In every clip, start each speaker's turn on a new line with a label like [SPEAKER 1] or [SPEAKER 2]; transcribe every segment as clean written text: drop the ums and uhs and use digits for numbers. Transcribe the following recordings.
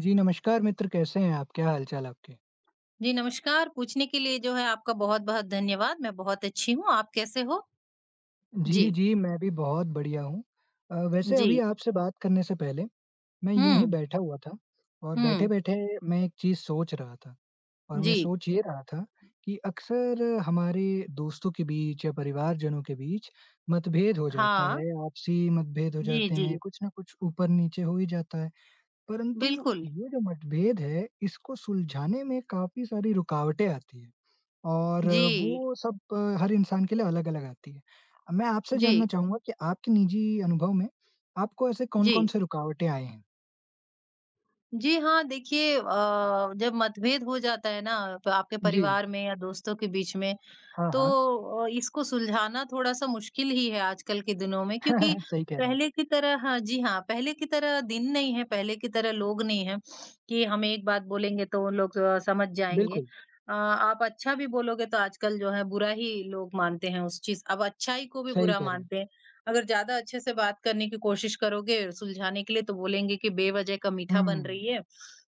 [SPEAKER 1] जी, नमस्कार मित्र कैसे हैं आप? क्या हाल-चाल आपके?
[SPEAKER 2] जी, नमस्कार। पूछने के लिए जो है आपका बहुत-बहुत धन्यवाद। मैं बहुत अच्छी हूँ, आप कैसे हो?
[SPEAKER 1] जी,
[SPEAKER 2] जी,
[SPEAKER 1] जी, मैं भी बहुत बढ़िया हूँ। वैसे
[SPEAKER 2] जी।
[SPEAKER 1] अभी आपसे बात करने से पहले मैं यूँ ही
[SPEAKER 2] हुँ,
[SPEAKER 1] बैठा हुआ था और
[SPEAKER 2] हुँ।
[SPEAKER 1] बैठे-बैठे मैं एक चीज़ सोच रहा था और मैं
[SPEAKER 2] जी।
[SPEAKER 1] सोच ये रहा था कि अक्सर हमारे दोस्तों के बीच या परिवारजनों के बीच मतभेद हो जाता
[SPEAKER 2] हाँ।
[SPEAKER 1] है, आपसी मतभेद हो
[SPEAKER 2] जी,
[SPEAKER 1] जाते हैं,
[SPEAKER 2] जी।
[SPEAKER 1] कुछ न कुछ ऊपर-नीचे हो ही जाता है। परंतु
[SPEAKER 2] बिल्कुल।
[SPEAKER 1] ये जो मतभेद है, इसको सुलझाने में काफ़ी सारी रुकावटें आती हैं। और
[SPEAKER 2] जी,
[SPEAKER 1] वो सब हर इंसान के लिए अलग-अलग आती है। मैं आपसे
[SPEAKER 2] जी,
[SPEAKER 1] जानना चाहूँगा कि आपके निजी अनुभव में आपको ऐसे
[SPEAKER 2] जी।
[SPEAKER 1] कौन-कौन से रुकावटें आए हैं?
[SPEAKER 2] जी हाँ, देखिए जब मतभेद हो जाता है ना प आपके
[SPEAKER 1] जी।
[SPEAKER 2] परिवार में या दोस्तों के बीच में
[SPEAKER 1] हाँ,
[SPEAKER 2] तो
[SPEAKER 1] हाँ।
[SPEAKER 2] इसको सुलझाना थोड़ा-सा मुश्किल ही है आजकल के दिनों में क्योंकि
[SPEAKER 1] सही कह रहे हैं।
[SPEAKER 2] पहले की तरह हाँ, जी हाँ, पहले की तरह दिन नहीं है, पहले की तरह लोग नहीं हैं कि हम एक बात बोलेंगे तो वो लोग समझ जाएँगे।
[SPEAKER 1] बिल्कुल,
[SPEAKER 2] आप अच्छा भी बोलोगे तो आजकल जो है बुरा ही लोग मानते हैं उस चीज़ अब अच्छाई को भी
[SPEAKER 1] सही
[SPEAKER 2] बुरा
[SPEAKER 1] कह रहे हैं।
[SPEAKER 2] मानते हैं। अगर ज़्यादा अच्छे से बात करने की कोशिश करोगे सुलझाने के लिए तो बोलेंगे कि बेवजह का मीठा बन
[SPEAKER 1] हुँ।
[SPEAKER 2] रही है,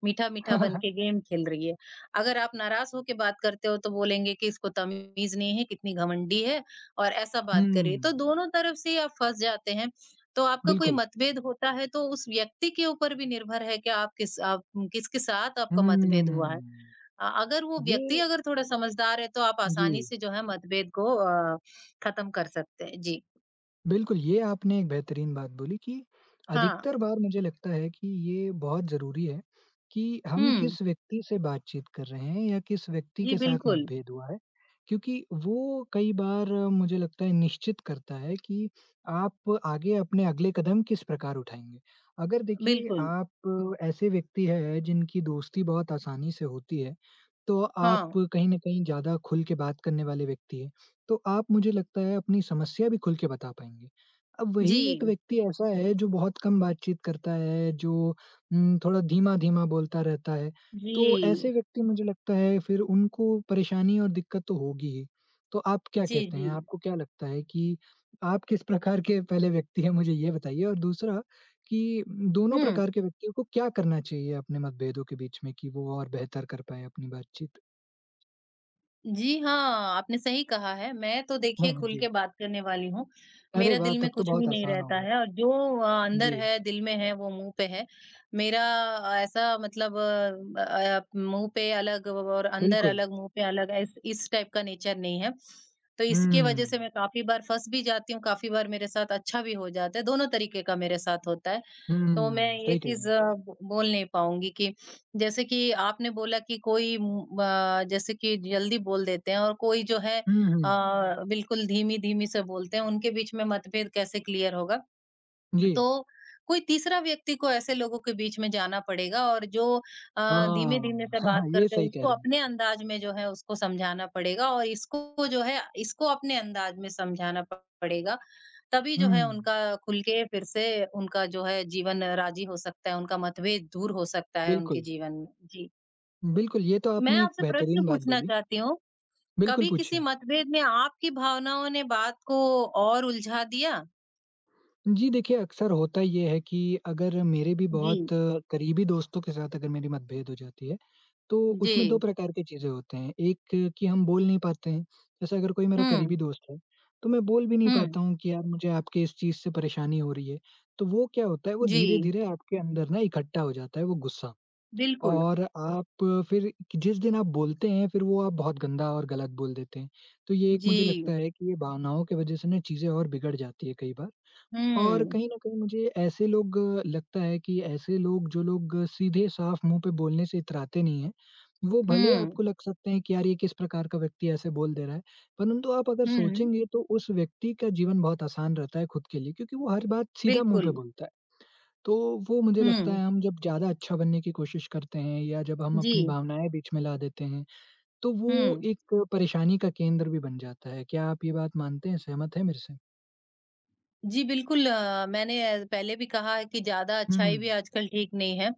[SPEAKER 2] मीठा-मीठा बन
[SPEAKER 1] हुँ,
[SPEAKER 2] के गेम खेल रही है। अगर आप नाराज़ होके बात करते हो तो बोलेंगे कि इसको तमीज़ नहीं है, कितनी घमंडी है और ऐसा बात कर रही है। तो दोनों तरफ से ही आप फँस जाते हैं। तो आपका कोई
[SPEAKER 1] बिल्कुल।
[SPEAKER 2] मतभेद होता है तो उस व्यक्ति के ऊपर भी निर्भर है कि आप किसके साथ आपका मतभेद हुआ है।
[SPEAKER 1] हुँ।
[SPEAKER 2] अगर वो व्यक्ति
[SPEAKER 1] ये
[SPEAKER 2] अगर थोड़ा समझदार है तो आप
[SPEAKER 1] जी।
[SPEAKER 2] आसानी से जो है मतभेद को खत्म कर सकते हैं। जी।
[SPEAKER 1] बिल्कुल, ये आपने एक बेहतरीन बात बोली कि
[SPEAKER 2] हाँ।
[SPEAKER 1] अधिकतर बार मुझे लगता है कि ये बहुत ज़रूरी है कि हम
[SPEAKER 2] हुँ।
[SPEAKER 1] किस व्यक्ति से बातचीत कर रहे हैं या किस व्यक्ति
[SPEAKER 2] जी,
[SPEAKER 1] के साथ
[SPEAKER 2] बिल्कुल।
[SPEAKER 1] मतभेद हुआ है, क्योंकि वो कई बार मुझे लगता है निश्चित करता है कि आप आगे अपने अगले कदम किस प्रकार उठाएँगे। अगर देखिए
[SPEAKER 2] बिल्कुल।
[SPEAKER 1] आप ऐसे व्यक्ति हैं जिनकी दोस्ती बहुत आसानी से होती है, तो आप
[SPEAKER 2] हाँ।
[SPEAKER 1] कहीं न कहीं ज़्यादा खुल के बात करने वाले व्यक्ति हैं। तो आप मुझे लगता है अपनी समस्या भी खुल के बता पाएँगे। अब वही एक
[SPEAKER 2] जी।
[SPEAKER 1] व्यक्ति ऐसा है जो बहुत कम बातचीत करता है, जो थोड़ा धीमा-धीमा बोलता रहता है,
[SPEAKER 2] जी।
[SPEAKER 1] तो ऐसे व्यक्ति मुझे लगता है फिर उनको परेशानी और दिक्कत तो होगी ही। तो आप क्या
[SPEAKER 2] जी,
[SPEAKER 1] कहते
[SPEAKER 2] जी।
[SPEAKER 1] हैं? आपको क्या लगता है कि आप किस प्रकार के पहले व्यक्ति हैं मुझे ये बताइए? और दूसरा कि दोनों
[SPEAKER 2] हुँ।
[SPEAKER 1] प्रकार के व्यक्तियों को क्या करना चाहिए अपने मतभेदों के बीच में कि वो और बेहतर कर पाएँ अपनी बातचीत?
[SPEAKER 2] जी हाँ, आपने सही कहा है। मैं तो देखिए
[SPEAKER 1] हाँ
[SPEAKER 2] खुल
[SPEAKER 1] जी।
[SPEAKER 2] के बात करने वाली हूँ।
[SPEAKER 1] अरे
[SPEAKER 2] मेरे
[SPEAKER 1] वाह!
[SPEAKER 2] दिल में
[SPEAKER 1] तब तो
[SPEAKER 2] कुछ भी
[SPEAKER 1] बहुत
[SPEAKER 2] नहीं
[SPEAKER 1] आसान
[SPEAKER 2] रहता
[SPEAKER 1] होगा।
[SPEAKER 2] है और जो अंदर
[SPEAKER 1] जी।
[SPEAKER 2] है, दिल में है, वो मुँह पे है। मेरा ऐसा मतलब मुँह पे अलग और अंदर
[SPEAKER 1] बिल्कुल।
[SPEAKER 2] अलग, मुँह पे अलग इस टाइप का नेचर नहीं है। तो
[SPEAKER 1] हुँ,
[SPEAKER 2] इसकी वज़ह से मैं काफ़ी बार फँस भी जाती हूँ, काफ़ी बार मेरे साथ अच्छा भी हो जाता है, दोनों तरीके का मेरे साथ होता है। तो मैं
[SPEAKER 1] हुँ,
[SPEAKER 2] ये
[SPEAKER 1] सही कह रहे
[SPEAKER 2] चीज़
[SPEAKER 1] हैं।
[SPEAKER 2] ब बोल नहीं पाऊँगी कि जैसे कि आपने बोला कि कोई जैसे कि जल्दी बोल देते हैं और कोई जो है
[SPEAKER 1] हुँ, हुँ।
[SPEAKER 2] बिल्कुल धीमी-धीमी से बोलते हैं, उनके बीच में मतभेद कैसे क्लियर होगा? तो
[SPEAKER 1] जी,
[SPEAKER 2] कोई तीसरा व्यक्ति को ऐसे लोगों के बीच में जाना पड़ेगा और जो धीमे-धीमे
[SPEAKER 1] हाँ,
[SPEAKER 2] से बात
[SPEAKER 1] हाँ, ये
[SPEAKER 2] करते हैं
[SPEAKER 1] सही कह
[SPEAKER 2] उसको
[SPEAKER 1] रहे हैं।
[SPEAKER 2] अपने अंदाज में जो है उसको समझाना पड़ेगा और इसको जो है इसको अपने अंदाज में समझाना प पड़ेगा। तभी जो है
[SPEAKER 1] हुँ,
[SPEAKER 2] उनका खुल के फिर से उनका जो है जीवन राज़ी हो सकता है, उनका मतभेद दूर हो सकता है उनके
[SPEAKER 1] बिल्कुल,
[SPEAKER 2] जीवन में। जी।
[SPEAKER 1] बिल्कुल, ये तो
[SPEAKER 2] मैं
[SPEAKER 1] आपने एक
[SPEAKER 2] आपसे प्रश्न
[SPEAKER 1] बेहतरीन बात
[SPEAKER 2] पूछना
[SPEAKER 1] बोली।
[SPEAKER 2] चाहती हूँ,
[SPEAKER 1] बिल्कुल,
[SPEAKER 2] कभी किसी
[SPEAKER 1] पूछिए।
[SPEAKER 2] मतभेद में आपकी भावनाओं ने बात को और उलझा दिया?
[SPEAKER 1] जी देखिए, अक्सर होता ये है कि अगर मेरे भी
[SPEAKER 2] जी।
[SPEAKER 1] बहुत करीबी दोस्तों के साथ अगर मेरी मतभेद हो जाती है, तो
[SPEAKER 2] जी।
[SPEAKER 1] उसमें 2 प्रकार की चीज़ें होते हैं। कि हम बोल नहीं पाते हैं, जैसे अगर कोई मेरा
[SPEAKER 2] हुँ,
[SPEAKER 1] करीबी दोस्त है, तो मैं बोल भी नहीं
[SPEAKER 2] हुँ।
[SPEAKER 1] पाता हूँ कि यार मुझे आपके इस चीज़ से परेशानी हो रही है। तो वो क्या होता है, वो
[SPEAKER 2] जी,
[SPEAKER 1] धीरे-धीरे आपके अंदर ना इकट्ठा हो जाता है वो गुस्सा
[SPEAKER 2] बिल्कुल।
[SPEAKER 1] और आप फिर जिस दिन आप बोलते हैं, फिर वो आप बहुत गंदा और गलत बोल देते हैं। तो ये एक मुझे
[SPEAKER 2] जी,
[SPEAKER 1] लगता है कि ये भावनाओं की वज़ह से ना चीज़ें और बिगड़ जाती है कई बार। और
[SPEAKER 2] हुँ,
[SPEAKER 1] कहीं न कहीं मुझे ऐसे लोग अ, लगता है कि ऐसे लोग जो लोग सीधे साफ मुँह पे बोलने से इतराते नहीं हैं, वो भले
[SPEAKER 2] हुँ,
[SPEAKER 1] आपको लग सकते हैं कि यार ये किस प्रकार का व्यक्ति ऐसे बोल दे रहा है, परंतु आप अगर
[SPEAKER 2] हुँ,
[SPEAKER 1] सोचेंगे तो उस व्यक्ति का जीवन बहुत आसान रहता है खुद के लिए क्योंकि वो हर बात सीधा मुँह पे
[SPEAKER 2] बिल्कुल,
[SPEAKER 1] बोलता है। तो वो मुझे लगता
[SPEAKER 2] हुँ,
[SPEAKER 1] है हम जब ज़्यादा अच्छा बनने की कोशिश करते हैं या जब हम
[SPEAKER 2] जी,
[SPEAKER 1] अपनी भावनाएँ बीच में ला देते हैं, तो वो
[SPEAKER 2] हुँ।
[SPEAKER 1] एक परेशानी का केंद्र भी बन जाता है। क्या आप ये बात मानते हैं, सहमत हैं मेरे से?
[SPEAKER 2] जी, बिल्कुल मैंने पहले भी कहा है कि ज़्यादा अच्छाई
[SPEAKER 1] हुँ।
[SPEAKER 2] भी आजकल ठीक नहीं है।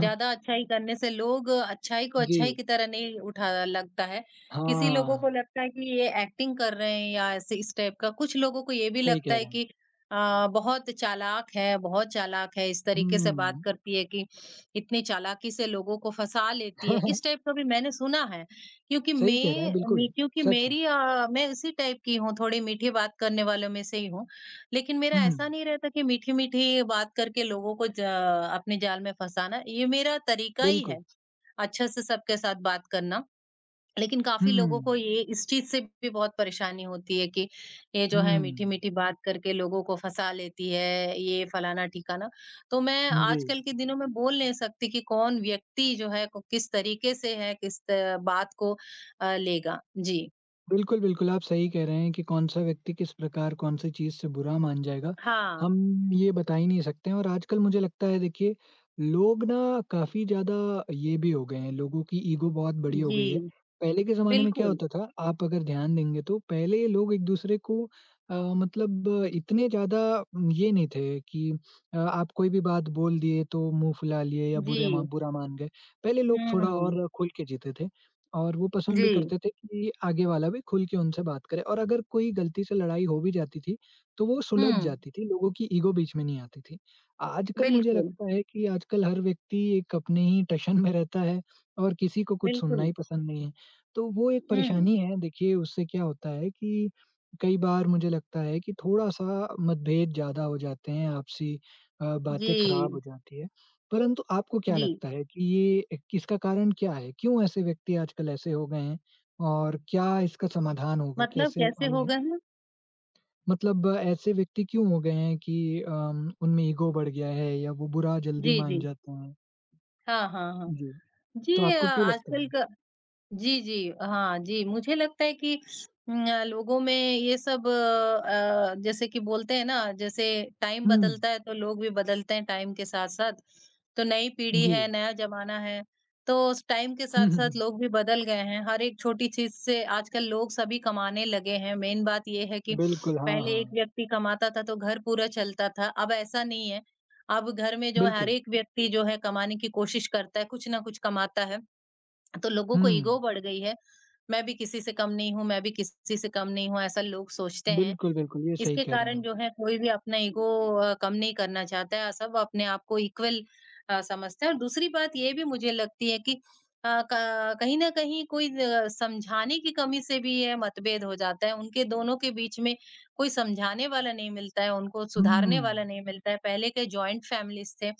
[SPEAKER 2] ज़्यादा अच्छाई करने से लोग अच्छाई को
[SPEAKER 1] जी।
[SPEAKER 2] अच्छाई की तरह नहीं उठा लगता है। किसी लोगों को
[SPEAKER 1] हाँ,
[SPEAKER 2] लगता है कि ये एक्टिंग कर रहे हैं या ऐसे इस टाइप का। कुछ लोगों को ये भी
[SPEAKER 1] सही
[SPEAKER 2] लगता
[SPEAKER 1] कह
[SPEAKER 2] है
[SPEAKER 1] रहे हैं।
[SPEAKER 2] कि अ, बहुत चालाक है, इस तरीके से बात
[SPEAKER 1] हुँ।
[SPEAKER 2] करती है कि इतनी चालाकी से लोगों को फँसा लेती है। इस टाइप का भी मैंने सुना है, क्योंकि
[SPEAKER 1] सही कह रहे हैं, बिल्कुल,
[SPEAKER 2] मैं क्योंकि
[SPEAKER 1] सच है।
[SPEAKER 2] मेरी अ, मैं इसी टाइप की हूँ, थोड़ी मीठी बात करने वालों में से ही हूँ। लेकिन मेरा
[SPEAKER 1] हुँ,
[SPEAKER 2] ऐसा नहीं रहता कि मीठी-मीठी बात करके लोगों को ज अपने जाल में फँसाना, ये मेरा तरीका ही है,
[SPEAKER 1] बिल्कुल।
[SPEAKER 2] अच्छे से सबके साथ बात करना। लेकिन काफ़ी लोगों
[SPEAKER 1] हुँ,
[SPEAKER 2] को ये इस चीज़ से भी बहुत परेशानी होती है कि ये जो
[SPEAKER 1] हुँ,
[SPEAKER 2] है मीठी-मीठी बात करके लोगों को फँसा लेती है, ये फलाना-ठिकाना। तो मैं
[SPEAKER 1] जी।
[SPEAKER 2] आजकल के दिनों में बोल नहीं सकती कि कौन व्यक्ति जो है को किस तरीके से है, किस त बात को लेगा। जी।
[SPEAKER 1] बिल्कुल, बिल्कुल, आप सही कह रहे हैं कि कौन-सा व्यक्ति किस प्रकार कौन-सी चीज़ से बुरा मान जाएगा,
[SPEAKER 2] हाँ,
[SPEAKER 1] हम ये बता ही नहीं सकते हैं और आजकल मुझे लगता है देखिए, लोग ना काफ़ी ज़्यादा ये भी हो गए हैं, लोगों की ईगो बहुत बड़ी हो
[SPEAKER 2] जी,
[SPEAKER 1] गई है। पहले के ज़माने में क्या
[SPEAKER 2] बिल्कुल।
[SPEAKER 1] होता था, आप अगर ध्यान देंगे तो पहले लोग एक-दूसरे को इतने ज़्यादा ये नहीं थे कि आप कोई भी बात बोल दिए तो मुँह फुला लिए या बुरे मा
[SPEAKER 2] जी।
[SPEAKER 1] बुरा मान गए। पहले लोग
[SPEAKER 2] हुँ,
[SPEAKER 1] थोड़ा
[SPEAKER 2] हुँ।
[SPEAKER 1] और खुल के जीते थे। और वो पसंद
[SPEAKER 2] जी।
[SPEAKER 1] भी करते थे कि आगे वाला भी खुल के उनसे बात करे और अगर कोई गलती से लड़ाई हो भी जाती थी, तो वो सुलझ
[SPEAKER 2] हुँ,
[SPEAKER 1] जाती थी, लोगों की ईगो बीच में नहीं आती थी। आजकल मुझे
[SPEAKER 2] बिल्कुल,
[SPEAKER 1] लगता है कि आजकल हर व्यक्ति एक अपने ही टशन में रहता है और किसी को कुछ सुनना
[SPEAKER 2] बिल्कुल।
[SPEAKER 1] ही पसंद नहीं है। तो वो एक
[SPEAKER 2] हुँ,
[SPEAKER 1] परेशानी है देखिए उससे क्या होता है कि कई बार मुझे लगता है कि थोड़ा-सा मतभेद ज़्यादा हो जाते हैं, बातें खराब
[SPEAKER 2] जी,
[SPEAKER 1] हो जाती है। परंतु आपको क्या
[SPEAKER 2] जी,
[SPEAKER 1] लगता है कि ये किसका कारण क्या है? क्यों ऐसे व्यक्ति आजकल ऐसे हो गए हैं? और क्या इसका समाधान होगा?
[SPEAKER 2] मतलब
[SPEAKER 1] कैसे
[SPEAKER 2] कैसे हो
[SPEAKER 1] हमें
[SPEAKER 2] गए हैं?
[SPEAKER 1] मतलब ऐसे व्यक्ति क्यों हो गए हैं कि उनमें ईगो बढ़ गया है या वो बुरा जल्दी
[SPEAKER 2] जी,
[SPEAKER 1] मान
[SPEAKER 2] जी।
[SPEAKER 1] जाते हैं?
[SPEAKER 2] हाँ, हाँ, हाँ।
[SPEAKER 1] जी,
[SPEAKER 2] जी,
[SPEAKER 1] तो
[SPEAKER 2] अ,
[SPEAKER 1] आपको क्यों लगता
[SPEAKER 2] आजकल क
[SPEAKER 1] है?
[SPEAKER 2] जी, जी। हाँ जी, मुझे लगता है कि लोगों में ये सब जैसे कि बोलते हैं ना, जैसे टाइम
[SPEAKER 1] हुँ,
[SPEAKER 2] बदलता है तो लोग भी बदलते हैं टाइम के साथ-साथ। तो नई पीढ़ी
[SPEAKER 1] जी।
[SPEAKER 2] है, नया ज़माना है, तो उस टाइम के
[SPEAKER 1] हुँ, हुँ,
[SPEAKER 2] साथ-साथ
[SPEAKER 1] हुँ।
[SPEAKER 2] लोग भी बदल गए हैं। हर एक छोटी चीज़ से आजकल लोग सभी कमाने लगे हैं। मेन बात ये है कि
[SPEAKER 1] बिल्कुल, हाँ,
[SPEAKER 2] पहले एक
[SPEAKER 1] हाँ।
[SPEAKER 2] व्यक्ति कमाता था तो घर पूरा चलता था, अब ऐसा नहीं है। अब घर में जो हर
[SPEAKER 1] बिल्कुल।
[SPEAKER 2] एक व्यक्ति जो है कमाने की कोशिश करता है, कुछ ना कुछ कमाता है। तो लोगों
[SPEAKER 1] हुँ।
[SPEAKER 2] को ईगो बढ़ गई है, मैं भी किसी से कम नहीं हूँ, मैं भी किसी से कम नहीं हूँ, ऐसा लोग सोचते हैं।
[SPEAKER 1] बिल्कुल, बिल्कुल, ये सही
[SPEAKER 2] इसके
[SPEAKER 1] कह रहे हैं
[SPEAKER 2] कारण
[SPEAKER 1] आप।
[SPEAKER 2] जो है कोई भी अपना ईगो कम नहीं करना चाहता है, सब अपने आप को इक्वल समझते हैं और दूसरी बात ये भी मुझे लगती है कि अ, क कहीं न कहीं कोई समझाने की कमी से भी ये मतभेद हो जाता है, उनके दोनों के बीच में कोई समझाने वाला नहीं मिलता है, उनको
[SPEAKER 1] हुँ,
[SPEAKER 2] सुधारने वाला नहीं मिलता है, पहले के जॉइंट फैमिलीज़ थे,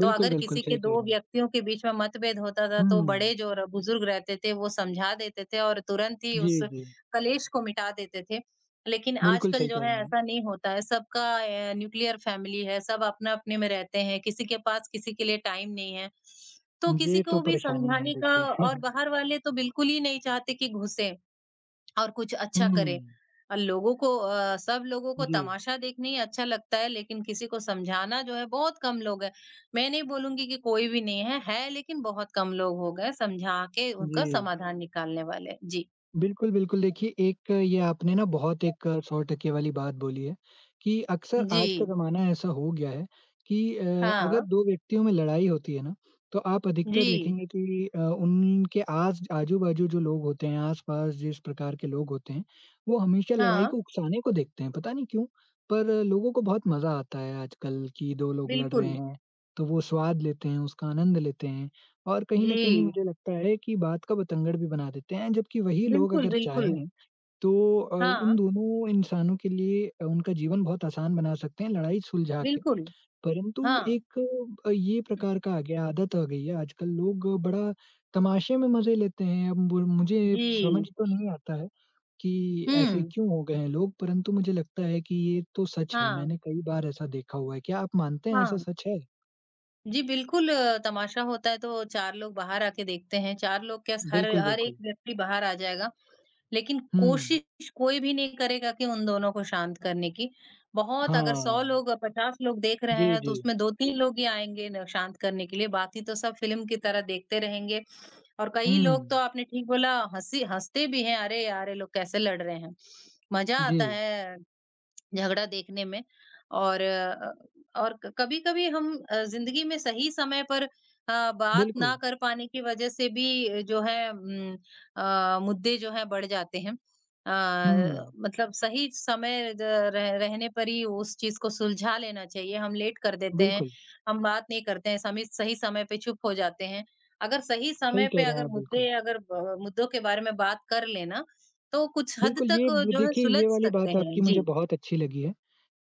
[SPEAKER 2] तो
[SPEAKER 1] बिल्कुल,
[SPEAKER 2] अगर
[SPEAKER 1] बिल्कुल
[SPEAKER 2] किसी के
[SPEAKER 1] सही कह
[SPEAKER 2] 2
[SPEAKER 1] रहे हैं।
[SPEAKER 2] व्यक्तियों के बीच में मतभेद होता था, तो बड़े
[SPEAKER 1] हुँ,
[SPEAKER 2] जो र बुज़ुर्ग रहते थे, वो समझा देते थे और तुरंत ही
[SPEAKER 1] जी,
[SPEAKER 2] उस
[SPEAKER 1] जी।
[SPEAKER 2] कलेश को मिटा देते थे। लेकिन
[SPEAKER 1] बिल्कुल
[SPEAKER 2] आजकल
[SPEAKER 1] सही
[SPEAKER 2] जो
[SPEAKER 1] कह
[SPEAKER 2] है
[SPEAKER 1] रहे हैं।
[SPEAKER 2] ऐसा नहीं होता है, सबका न्यूक्लियर फैमिली है, सब अपने-अपने में रहते हैं, किसी के पास किसी के लिए टाइम नहीं है। तो किसी
[SPEAKER 1] ये
[SPEAKER 2] को
[SPEAKER 1] तो
[SPEAKER 2] भी
[SPEAKER 1] परेशानी है
[SPEAKER 2] समझाने का
[SPEAKER 1] देखिए।
[SPEAKER 2] और बाहर वाले तो बिल्कुल ही नहीं चाहते कि घुसे और कुछ
[SPEAKER 1] हुँ,
[SPEAKER 2] अच्छा करें। सब लोगों को
[SPEAKER 1] जी,
[SPEAKER 2] तमाशा देखना ही अच्छा लगता है, लेकिन किसी को समझाना जो है बहुत कम लोग हैं। मैं नहीं बोलूँगी कि कोई भी नहीं है, है लेकिन बहुत कम लोग हो गए समझा के
[SPEAKER 1] जी।
[SPEAKER 2] उनका समाधान निकालने वाले। जी।
[SPEAKER 1] बिल्कुल, बिल्कुल देखिए एक ये आपने ना बहुत एक 100 टके वाली बात बोली है कि अक्सर आज का
[SPEAKER 2] जी।
[SPEAKER 1] ज़माना ऐसा हो गया है कि अगर
[SPEAKER 2] हाँ।
[SPEAKER 1] 2 व्यक्तियों में लड़ाई होती है ना, तो आप अधिकतर
[SPEAKER 2] जी।
[SPEAKER 1] देखेंगे कि उनके आस आजू-बाजू जो लोग होते हैं, आस-पास जिस प्रकार के लोग होते हैं, वो हमेशा लड़ाई
[SPEAKER 2] हाँ।
[SPEAKER 1] को उकसाने को देखते हैं, पता नहीं क्यों? पर लोगों को बहुत मज़ा आता है आजकल कि 2 लोग लड़ रहे
[SPEAKER 2] बिल्कुल,
[SPEAKER 1] हैं, तो वो स्वाद लेते हैं, उसका आनंद लेते हैं। और कहीं न कहीं
[SPEAKER 2] जी।
[SPEAKER 1] मुझे लगता है कि बात का बतंगड़ भी बना देते हैं, जबकि वही लोग
[SPEAKER 2] बिल्कुल,
[SPEAKER 1] अगर
[SPEAKER 2] बिल्कुल।
[SPEAKER 1] चाहें तो अ, उन
[SPEAKER 2] हाँ,
[SPEAKER 1] दोनों इंसानों के लिए उनका जीवन बहुत आसान बना सकते हैं लड़ाई सुलझा के।
[SPEAKER 2] बिल्कुल,
[SPEAKER 1] परंतु
[SPEAKER 2] हाँ।
[SPEAKER 1] एक ये प्रकार का आ गया आदत आ गई है आजकल लोग बड़ा तमाशे में मज़े लेते हैं। अब बुर मुझे समझ
[SPEAKER 2] जी,
[SPEAKER 1] तो नहीं आता है कि ऐसे
[SPEAKER 2] हुँ,
[SPEAKER 1] क्यों हो गए हैं लोग, परंतु मुझे लगता है कि ये तो सच है।
[SPEAKER 2] हाँ,
[SPEAKER 1] मैंने कई बार ऐसा देखा हुआ है। क्या आप मानते हैं ऐसा
[SPEAKER 2] हाँ।
[SPEAKER 1] सच है?
[SPEAKER 2] जी, बिल्कुल तमाशा होता है तो 4 लोग बाहर आके देखते हैं, 4 लोग क्या हर
[SPEAKER 1] बिल्कुल,
[SPEAKER 2] हर एक
[SPEAKER 1] बिल्कुल।
[SPEAKER 2] व्यक्ति बाहर आ जाएगा, लेकिन
[SPEAKER 1] हुँ।
[SPEAKER 2] कोशिश कोई भी नहीं करेगा कि उन दोनों को शांत करने की। बहुत अगर 100
[SPEAKER 1] हाँ।
[SPEAKER 2] लोग 50 लोग देख रहे
[SPEAKER 1] जी,
[SPEAKER 2] हैं तो
[SPEAKER 1] जी।
[SPEAKER 2] उसमें 2-3 लोग ही आएँगे न शांत करने के लिए, बाकी तो सब फ़िल्म की तरह देखते रहेंगे और
[SPEAKER 1] हुँ,
[SPEAKER 2] कई लोग तो आपने ठीक बोला हँसी हँसते भी हैं, अरे यार! ये लोग कैसे लड़ रहे हैं। मज़ा
[SPEAKER 1] जी,
[SPEAKER 2] आता है झगड़ा देखने में और अ, और कभी-कभी हम ज़िंदगी में सही समय पर बात ना
[SPEAKER 1] बिल्कुल।
[SPEAKER 2] कर पाने की वज़ह से भी जो है मुद्दे जो हैं बढ़ जाते हैं।
[SPEAKER 1] हुँ,
[SPEAKER 2] मतलब सही समय द रह रहने पर ही उस चीज़ को सुलझा लेना चाहिए। हम लेट कर देते हैं,
[SPEAKER 1] बिल्कुल,
[SPEAKER 2] हम बात नहीं करते हैं, समी सही समय पे चुप हो जाते हैं। अगर सही
[SPEAKER 1] सही
[SPEAKER 2] समय पे
[SPEAKER 1] कह रहे हैं
[SPEAKER 2] अगर
[SPEAKER 1] आप बिल्कुल।
[SPEAKER 2] मुद्दे अगर ब मुद्दों के बारे में बात कर लेना, तो कुछ हद
[SPEAKER 1] बिल्कुल, ये
[SPEAKER 2] तक
[SPEAKER 1] ब
[SPEAKER 2] जो है
[SPEAKER 1] देखिए
[SPEAKER 2] सुलझ
[SPEAKER 1] ये वाली
[SPEAKER 2] सकते
[SPEAKER 1] बात
[SPEAKER 2] हैं।
[SPEAKER 1] आपकी मुझे
[SPEAKER 2] जी,
[SPEAKER 1] बहुत अच्छी लगी है,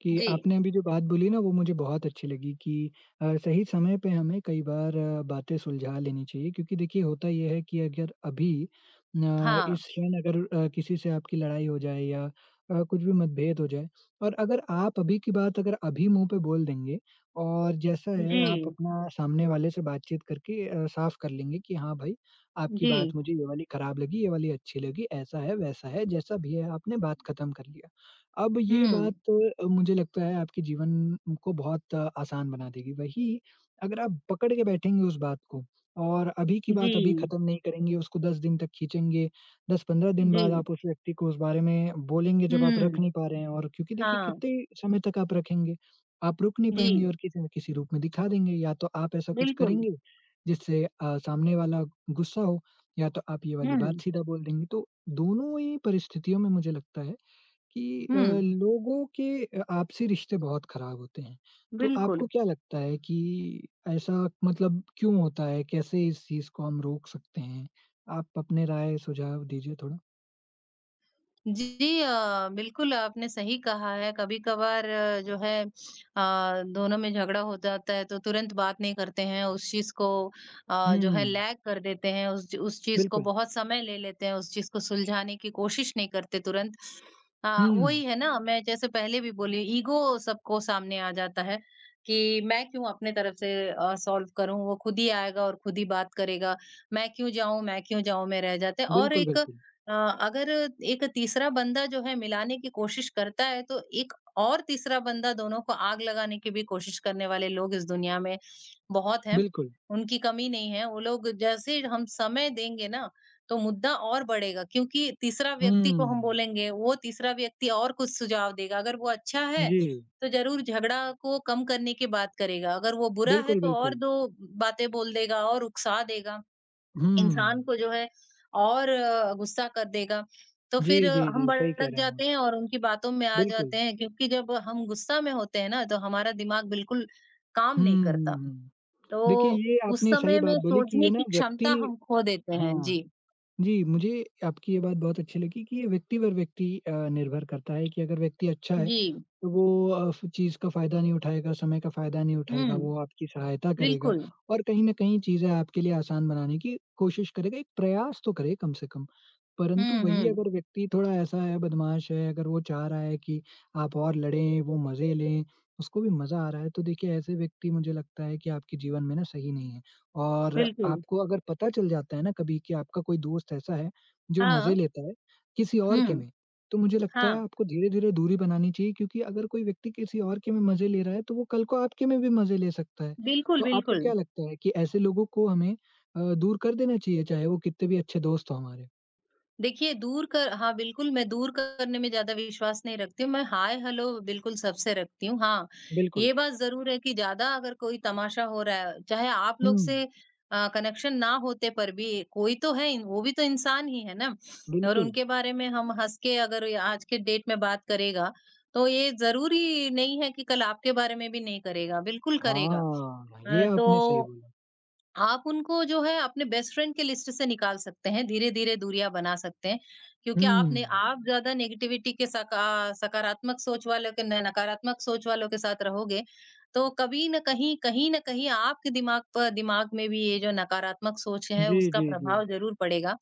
[SPEAKER 1] कि
[SPEAKER 2] जी।
[SPEAKER 1] आपने अभी जो बात बोली ना वो मुझे बहुत अच्छी लगी कि सही समय पे हमें कई बार बातें सुलझा लेनी चाहिए क्योंकि देखिए होता ये है कि अगर अभी
[SPEAKER 2] हाँ,
[SPEAKER 1] इस क्षण अगर किसी से आपकी लड़ाई हो जाए या कुछ भी मतभेद हो जाए और अगर आप अभी की बात अगर अभी मुँह पे बोल देंगे और जैसा है आप
[SPEAKER 2] जी,
[SPEAKER 1] अपना सामने वाले से बातचीत करके साफ कर लेंगे कि हाँ भाई आपकी
[SPEAKER 2] जी,
[SPEAKER 1] बात मुझे ये वाली खराब लगी, ये वाली अच्छी लगी, ऐसा है, वैसा है, जैसा भी है आपने बात खत्म कर लिया। अब ये
[SPEAKER 2] हुँ,
[SPEAKER 1] बात मुझे लगता है आपके जीवन को बहुत आसान बना देगी। वहीं अगर आप पकड़ के बैठेंगे उस बात को और अभी की बात अभी
[SPEAKER 2] जी,
[SPEAKER 1] खत्म नहीं करेंगे, उसको 10 दिन तक खींचेंगे, 10-15 दिन
[SPEAKER 2] जी,
[SPEAKER 1] बाद आप उस व्यक्ति को उस बारे में बोलेंगे जब आप रख
[SPEAKER 2] हुँ,
[SPEAKER 1] नहीं पा रहे हैं और क्योंकि देखिए
[SPEAKER 2] हाँ,
[SPEAKER 1] कितने समय तक आप रखेंगे? आप रुक नहीं पाएँगे
[SPEAKER 2] जी,
[SPEAKER 1] और किसी न किसी रूप में दिखा देंगे या तो आप ऐसा कुछ
[SPEAKER 2] बिल्कुल,
[SPEAKER 1] करेंगे जिससे सामने वाला गुस्सा हो या तो आप ये वाली
[SPEAKER 2] हुँ,
[SPEAKER 1] बात सीधा बोल देंगे। तो दोनों ही परिस्थितियों में मुझे लगता है कि अ,
[SPEAKER 2] हुँ,
[SPEAKER 1] लोगों के अ, आपसी रिश्ते बहुत खराब होते हैं। तो
[SPEAKER 2] बिल्कुल।
[SPEAKER 1] आपको क्या लगता है कि ऐसा मतलब क्यों होता है? कैसे इस चीज़ को हम रोक सकते हैं? आप अपने राय सुझाव दीजिए थोड़ा।
[SPEAKER 2] जी, बिल्कुल आपने सही कहा है, कभी-कभार जो है दोनों में झगड़ा हो जाता है तो तुरंत बात नहीं करते हैं, उस चीज़ को जो है
[SPEAKER 1] हुँ,
[SPEAKER 2] लैग कर देते हैं, उस चीज़ को
[SPEAKER 1] बिल्कुल।
[SPEAKER 2] बहुत समय ले लेते हैं, उस चीज़ को सुलझाने की कोशिश नहीं करते तुरंत। हाँ,
[SPEAKER 1] हुँ,
[SPEAKER 2] वही है ना मैं जैसे पहले भी बोली ईगो सबको सामने आ जाता है कि मैं क्यों अपने तरफ से सॉल्व करूं वो खुद ही आएगा और खुद ही बात करेगा मैं क्यों जाऊं में रह जाते हैं।
[SPEAKER 1] बिल्कुल,
[SPEAKER 2] अगर एक तीसरा बंदा जो है मिलाने की कोशिश करता है तो एक और तीसरा बंदा दोनों को आग लगाने की भी कोशिश करने वाले लोग इस दुनिया में बहुत हैं
[SPEAKER 1] बिल्कुल।
[SPEAKER 2] उनकी कमी नहीं है वो लोग जैसे हम समय देंगे ना तो मुद्दा और बढ़ेगा क्योंकि तीसरा
[SPEAKER 1] हुँ,
[SPEAKER 2] व्यक्ति को हम बोलेंगे, वो तीसरा व्यक्ति और कुछ सुझाव देगा। अगर वो अच्छा है,
[SPEAKER 1] जी, जी।
[SPEAKER 2] तो ज़रूर झगड़ा को कम करने की बात करेगा। अगर वो बुरा है
[SPEAKER 1] बिल्कुल,
[SPEAKER 2] तो और
[SPEAKER 1] बिल्कुल।
[SPEAKER 2] 2 बातें बोल देगा और उकसा देगा। इंसान
[SPEAKER 1] हुँ।
[SPEAKER 2] को जो है और गुस्सा कर देगा। तो
[SPEAKER 1] जी,
[SPEAKER 2] फिर हम
[SPEAKER 1] जी, सही कह
[SPEAKER 2] भड़क
[SPEAKER 1] रहे हैं आप।
[SPEAKER 2] जाते हैं और उनकी बातों में आ
[SPEAKER 1] बिल्कुल।
[SPEAKER 2] जाते हैं क्योंकि जब हम गुस्सा में होते हैं ना, तो हमारा दिमाग बिल्कुल काम नहीं
[SPEAKER 1] हुँ,
[SPEAKER 2] करता।
[SPEAKER 1] हुँ। देखिए,
[SPEAKER 2] तो
[SPEAKER 1] ये
[SPEAKER 2] उस
[SPEAKER 1] आपने सही
[SPEAKER 2] समय में
[SPEAKER 1] बात बोली कि
[SPEAKER 2] सोचने
[SPEAKER 1] ये ना
[SPEAKER 2] की
[SPEAKER 1] व्यक्ति
[SPEAKER 2] क्षमता हम खो देते हैं।
[SPEAKER 1] हाँ,
[SPEAKER 2] जी।
[SPEAKER 1] जी, मुझे आपकी ये बात बहुत अच्छी लगी कि ये व्यक्ति पर व्यक्ति निर्भर करता है कि अगर व्यक्ति अच्छा है,
[SPEAKER 2] जी।
[SPEAKER 1] तो वो अ, फ चीज़ का फ़ायदा नहीं उठाएगा, समय का फ़ायदा नहीं उठाएगा,
[SPEAKER 2] हुँ,
[SPEAKER 1] वो आपकी सहायता करेगा
[SPEAKER 2] बिल्कुल।
[SPEAKER 1] और कहीं न कहीं चीज़ें आपके लिए आसान बनाने की कोशिश करेगा, एक प्रयास तो करे कम से कम। परंतु
[SPEAKER 2] हुँ,
[SPEAKER 1] वही
[SPEAKER 2] हुँ,
[SPEAKER 1] अगर व्यक्ति थोड़ा ऐसा है, बदमाश है, अगर वो चाह रहा है कि आप और लड़ें, वो मज़े लें, उसको भी मज़ा आ रहा है, तो देखिए ऐसे व्यक्ति मुझे लगता है कि आपके जीवन में ना सही नहीं है। और
[SPEAKER 2] बिल्कुल।
[SPEAKER 1] आपको अगर पता चल जाता है ना कभी कि आपका कोई दोस्त ऐसा है, जो
[SPEAKER 2] हाँ,
[SPEAKER 1] मज़े लेता है किसी और के
[SPEAKER 2] हुँ,
[SPEAKER 1] में, तो मुझे लगता है
[SPEAKER 2] हाँ,
[SPEAKER 1] आपको धीरे-धीरे दूरी बनानी चाहिए क्योंकि अगर कोई व्यक्ति किसी और के में मज़े ले रहा है, तो वो कल को आपके में भी मज़े ले सकता है।
[SPEAKER 2] बिल्कुल,
[SPEAKER 1] तो आपको
[SPEAKER 2] बिल्कुल।
[SPEAKER 1] क्या लगता है कि ऐसे लोगों को हमें दूर कर देना चाहिए चाहे वो कितने भी अच्छे दोस्त हों हमारे?
[SPEAKER 2] देखिए दूर कर हाँ, बिल्कुल मैं दूर करने में ज़्यादा विश्वास नहीं रखती हूँ, मैं हाय हेलो बिल्कुल सबसे रखती हूँ। हाँ,
[SPEAKER 1] बिल्कुल।
[SPEAKER 2] ये बात ज़रूर है कि ज़्यादा अगर कोई तमाशा हो रहा है, चाहे आप
[SPEAKER 1] हुँ,
[SPEAKER 2] लोग से कनेक्शन ना होते पर भी कोई तो है, वो भी तो इंसान ही है ना और
[SPEAKER 1] बिल्कुल।
[SPEAKER 2] उनके बारे में हम हँस के अगर ये आज के डेट में बात करेगा, तो ये ज़रूरी नहीं है कि कल आपके बारे में भी नहीं करेगा, बिल्कुल करेगा।
[SPEAKER 1] हाँ, ये आपने सही
[SPEAKER 2] तो
[SPEAKER 1] बोला।
[SPEAKER 2] आप उनको जो है अपने बेस्ट फ्रेंड के लिस्ट से निकाल सकते हैं, धीरे-धीरे दूरियाँ बना सकते हैं। क्योंकि आप ने
[SPEAKER 1] हुँ।
[SPEAKER 2] आप ज़्यादा नेगेटिविटी के सका सकारात्मक सोच वालों के न नकारात्मक सोच वालों के साथ रहोगे, तो कभी न कहीं, कहीं न कहीं आपके दिमाग में भी ये जो नकारात्मक सोच है,
[SPEAKER 1] जी,
[SPEAKER 2] उसका
[SPEAKER 1] जी।
[SPEAKER 2] प्रभाव ज़रूर पड़ेगा।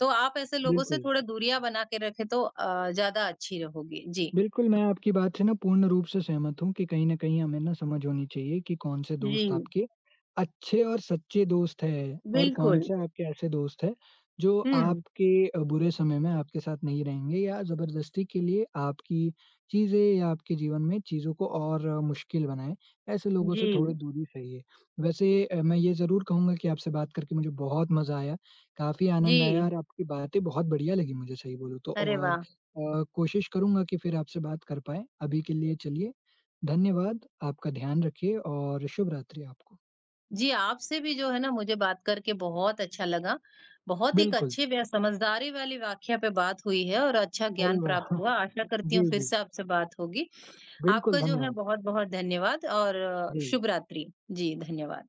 [SPEAKER 2] तो आप ऐसे लोगों से
[SPEAKER 1] बिल्कुल।
[SPEAKER 2] थोड़ा दूरियाँ बना के रखें तो ज़्यादा अच्छी रहोगी। जी।
[SPEAKER 1] बिल्कुल, मैं आपकी बात से ना पूर्ण रूप से सहमत हूँ कि कहीं न कहीं हमें ना समझ होनी चाहिए कि कौन-से दोस्त
[SPEAKER 2] जी,
[SPEAKER 1] आपके अच्छे और सच्चे दोस्त हैं और
[SPEAKER 2] बिल्कुल।
[SPEAKER 1] कौन-से आपके ऐसे दोस्त हैं, जो
[SPEAKER 2] हुँ।
[SPEAKER 1] आपके बुरे समय में आपके साथ नहीं रहेंगे या ज़बरदस्ती के लिए आपकी चीज़ें या आपके जीवन में चीज़ों को और मुश्किल बनाएँ। ऐसे लोगों
[SPEAKER 2] जी,
[SPEAKER 1] से थोड़ी दूरी सही है। वैसे मैं ये ज़रूर कहूँगा कि आपसे बात करके मुझे बहुत मज़ा आया, काफ़ी आनंद आया
[SPEAKER 2] जी।
[SPEAKER 1] और आपकी बातें बहुत बढ़िया लगी मुझे सही बोलूँ तो
[SPEAKER 2] अरे
[SPEAKER 1] और
[SPEAKER 2] वाह!
[SPEAKER 1] कोशिश करूँगा कि फिर आपसे बात कर पाएँ। अभी के लिए चलिए, धन्यवाद, आपका ध्यान रखिए और शुभ रात्रि आपको।
[SPEAKER 2] जी, आपसे भी जो है ना मुझे बात करके बहुत अच्छा लगा। बहुत एक
[SPEAKER 1] बिल्कुल,
[SPEAKER 2] अच्छे व समझदारी वाली वाकया पे बात हुई है और अच्छा
[SPEAKER 1] अरे
[SPEAKER 2] ज्ञान
[SPEAKER 1] वाह!
[SPEAKER 2] प्राप्त हुआ। आशा करती हूँ
[SPEAKER 1] जी,
[SPEAKER 2] फिर
[SPEAKER 1] जी।
[SPEAKER 2] से आपसे बात होगी।
[SPEAKER 1] बिल्कुल,
[SPEAKER 2] आपका जो है
[SPEAKER 1] धन्यवाद।
[SPEAKER 2] बहुत-बहुत धन्यवाद और
[SPEAKER 1] जी।
[SPEAKER 2] शुभ रात्रि। जी, धन्यवाद।